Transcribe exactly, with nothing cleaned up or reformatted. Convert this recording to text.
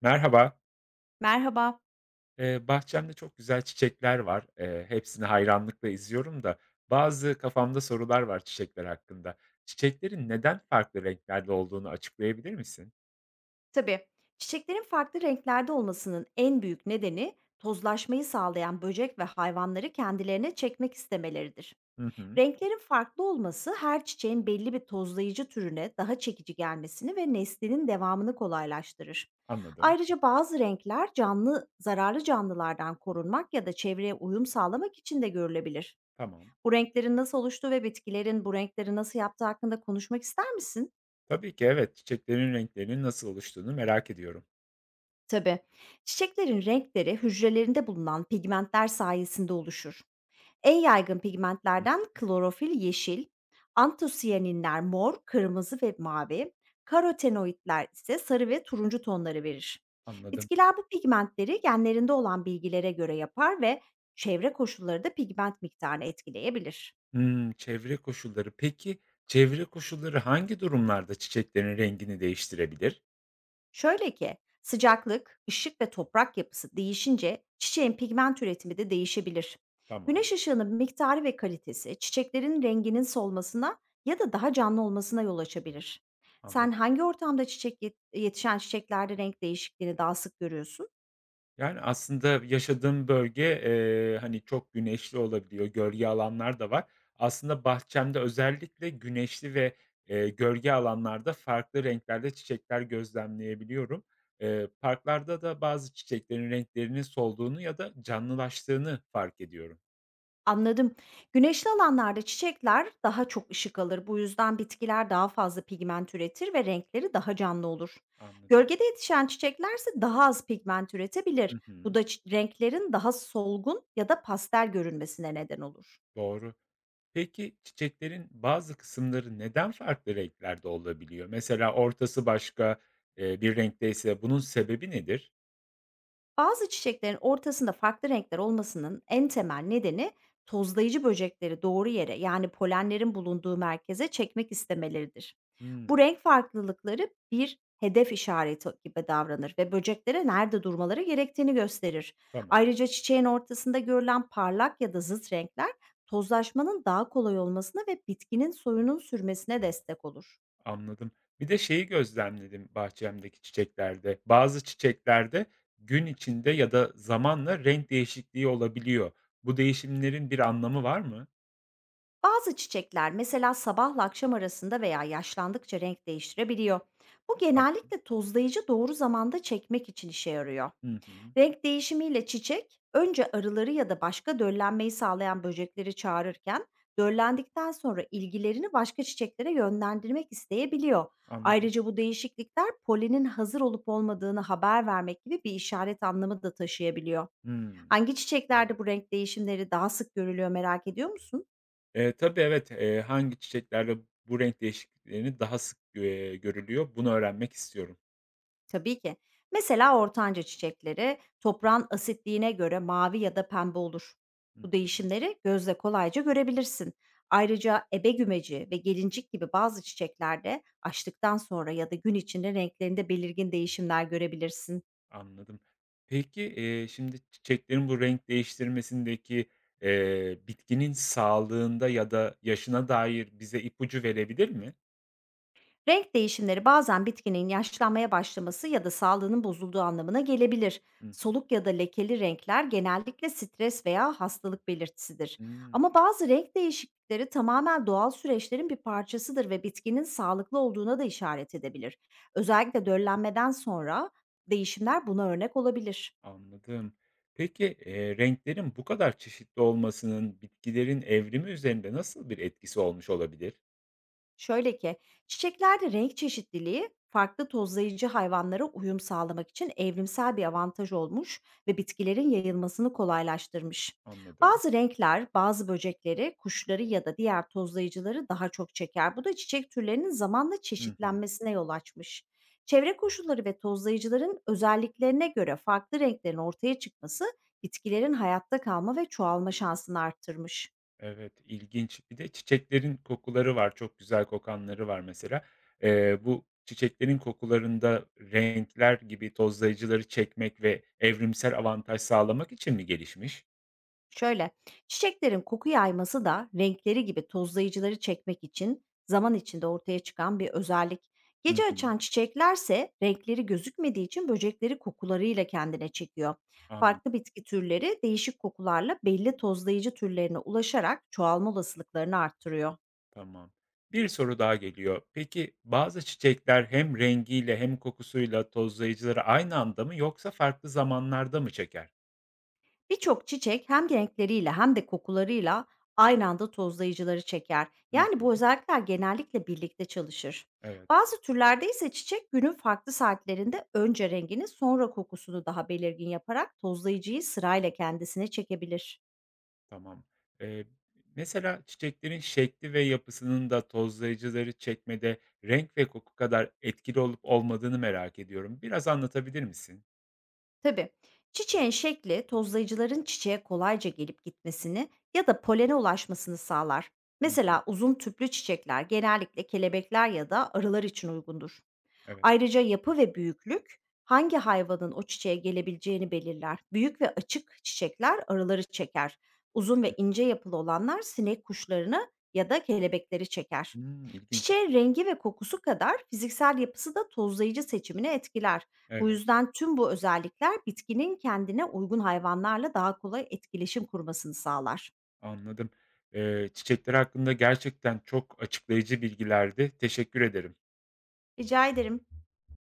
Merhaba. Merhaba. Eee, bahçemde çok güzel çiçekler var. Eee, hepsini hayranlıkla izliyorum da bazı kafamda sorular var çiçekler hakkında. Çiçeklerin neden farklı renklerde olduğunu açıklayabilir misin? Tabii. Çiçeklerin farklı renklerde olmasının en büyük nedeni tozlaşmayı sağlayan böcek ve hayvanları kendilerine çekmek istemeleridir. Hı hı, Renklerin farklı olması her çiçeğin belli bir tozlayıcı türüne daha çekici gelmesini ve neslinin devamını kolaylaştırır. anladım. Ayrıca bazı renkler canlı, zararlı canlılardan korunmak ya da çevreye uyum sağlamak için de görülebilir. Tamam. Bu renklerin nasıl oluştuğu ve bitkilerin bu renkleri nasıl yaptığı hakkında konuşmak ister misin? Tabii ki evet. Çiçeklerin renklerinin nasıl oluştuğunu merak ediyorum. Tabii. Çiçeklerin renkleri hücrelerinde bulunan pigmentler sayesinde oluşur. En yaygın Hı, pigmentlerden klorofil yeşil, antosiyaninler mor, kırmızı ve mavi, karotenoidler ise sarı ve turuncu tonları verir. anladım. Bitkiler bu pigmentleri genlerinde olan bilgilere göre yapar ve çevre koşulları da pigment miktarını etkileyebilir. Hmm, çevre koşulları. Peki çevre koşulları hangi durumlarda çiçeklerin rengini değiştirebilir? Şöyle ki, sıcaklık, ışık ve toprak yapısı değişince çiçeğin pigment üretimi de değişebilir. Tamam, Güneş ışığının miktarı ve kalitesi çiçeklerin renginin solmasına ya da daha canlı olmasına yol açabilir. Sen anladım. hangi ortamda çiçek yet- yetişen çiçeklerde renk değişikliğini daha sık görüyorsun? Yani, aslında yaşadığım bölge, eee, hani, çok güneşli olabiliyor, gölge alanlar da var. Aslında bahçemde özellikle güneşli ve, eee, gölge alanlarda farklı renklerde çiçekler gözlemleyebiliyorum. Eee, parklarda da bazı çiçeklerin renklerinin solduğunu ya da canlılaştığını fark ediyorum. Anladım. Güneşli alanlarda çiçekler daha çok ışık alır. Bu yüzden bitkiler daha fazla pigment üretir ve renkleri daha canlı olur. Anladım. Gölgede yetişen çiçeklerse daha az pigment üretebilir. Hı Bu hı. da çi- renklerin daha solgun ya da pastel görünmesine neden olur. Doğru. Peki, çiçeklerin bazı kısımları neden farklı renklerde olabiliyor? Mesela ortası başka, eee, bir renkteyse bunun sebebi nedir? Bazı çiçeklerin ortasında farklı renkler olmasının en temel nedeni tozlayıcı böcekleri doğru yere yani polenlerin bulunduğu merkeze çekmek istemeleridir. Bu Hıı. renk farklılıkları bir hedef işareti gibi davranır ve böceklere nerede durmaları gerektiğini gösterir. Tamam, Ayrıca çiçeğin ortasında görülen parlak ya da zıt renkler tozlaşmanın daha kolay olmasına ve bitkinin soyunun sürmesine destek olur. anladım. Bir de şeyi gözlemledim bahçemdeki çiçeklerde. Bazı çiçeklerde gün içinde ya da zamanla renk değişikliği olabiliyor. Bu değişimlerin bir anlamı var mı? Bazı çiçekler mesela sabahla akşam arasında veya yaşlandıkça renk değiştirebiliyor. Bu Tamam. genellikle tozlayıcı doğru zamanda çekmek için işe yarıyor. Hı hı, Renk değişimiyle çiçek önce arıları ya da başka döllenmeyi sağlayan böcekleri çağırırken döllendikten sonra ilgilerini başka çiçeklere yönlendirmek isteyebiliyor. anladım. Ayrıca bu değişiklikler polenin hazır olup olmadığını haber vermek gibi bir işaret anlamı da taşıyabiliyor. Hımm. Hangi çiçeklerde bu renk değişimleri daha sık görülüyor merak ediyor musun? Eee, tabii, evet, eee, hangi çiçeklerde bu renk değişikliklerini daha sık, eee, görülüyor, bunu öğrenmek istiyorum. Tabii ki. Mesela ortanca çiçekleri toprağın asitliğine göre mavi ya da pembe olur. Hı Bu hı. değişimleri gözle kolayca görebilirsin. Ayrıca ebe gümeci ve gelincik gibi bazı çiçeklerde açtıktan sonra ya da gün içinde renklerinde belirgin değişimler görebilirsin. Anladım. Peki, eee, şimdi çiçeklerin bu renk değiştirmesindeki, eee, bitkinin sağlığında ya da yaşına dair bize ipucu verebilir mi? Renk değişimleri bazen bitkinin yaşlanmaya başlaması ya da sağlığının bozulduğu anlamına gelebilir. Hı hı. Soluk ya da lekeli renkler genellikle stres veya hastalık belirtisidir. Hımm, Ama bazı renk değişiklikleri tamamen doğal süreçlerin bir parçasıdır ve bitkinin sağlıklı olduğuna da işaret edebilir. Özellikle döllenmeden sonra değişimler buna örnek olabilir. anladım. Peki, eee, renklerin bu kadar çeşitli olmasının bitkilerin evrimi üzerinde nasıl bir etkisi olmuş olabilir? Şöyle ki, çiçeklerde renk çeşitliliği farklı tozlayıcı hayvanlara uyum sağlamak için evrimsel bir avantaj olmuş ve bitkilerin yayılmasını kolaylaştırmış. Anladım. Bazı renkler bazı böcekleri, kuşları ya da diğer tozlayıcıları daha çok çeker. Bu da çiçek türlerinin zamanla Hı hı. çeşitlenmesine yol açmış. Çevre koşulları ve tozlayıcıların özelliklerine göre farklı renklerin ortaya çıkması bitkilerin hayatta kalma ve çoğalma şansını arttırmış. Evet, ilginç. Bir de çiçeklerin kokuları var, çok güzel kokanları var mesela. Eee, bu çiçeklerin kokularında renkler gibi tozlayıcıları çekmek ve evrimsel avantaj sağlamak için mi gelişmiş? Şöyle, çiçeklerin koku yayması da renkleri gibi tozlayıcıları çekmek için zaman içinde ortaya çıkan bir özellik. Hı Gece hı, açan çiçeklerse renkleri gözükmediği için böcekleri kokularıyla kendine çekiyor. Farklı anladım, bitki türleri değişik kokularla belli tozlayıcı türlerine ulaşarak çoğalma olasılıklarını arttırıyor. tamam. Bir soru daha geliyor. Peki bazı çiçekler hem rengiyle hem kokusuyla tozlayıcıları aynı anda mı yoksa farklı zamanlarda mı çeker? Birçok çiçek hem renkleriyle hem de kokularıyla aynı anda tozlayıcıları çeker. Hı Yani bu hı, özellikler genellikle birlikte çalışır. evet. Bazı türlerde ise çiçek günün farklı saatlerinde önce rengini sonra kokusunu daha belirgin yaparak tozlayıcıyı sırayla kendisine çekebilir. Tamam. Eee, mesela çiçeklerin şekli ve yapısının da tozlayıcıları çekmede renk ve koku kadar etkili olup olmadığını merak ediyorum. Biraz anlatabilir misin? Tabii çiçeğin şekli tozlayıcıların çiçeğe kolayca gelip gitmesini ya da polene ulaşmasını sağlar. Hı hı. Mesela uzun tüplü çiçekler genellikle kelebekler ya da arılar için uygundur. Evet. Ayrıca yapı ve büyüklük hangi hayvanın o çiçeğe gelebileceğini belirler. Büyük ve açık çiçekler arıları çeker. Uzun ve ince yapılı olanlar sinek kuşlarını ya da kelebekleri çeker. Hımm, ilginç. Çiçeğin rengi ve kokusu kadar fiziksel yapısı da tozlayıcı seçimini etkiler. Bu Evet, yüzden tüm bu özellikler bitkinin kendine uygun hayvanlarla daha kolay etkileşim kurmasını sağlar. anladım. Eee, çiçekler hakkında gerçekten çok açıklayıcı bilgilerdi. Teşekkür ederim. Rica ederim.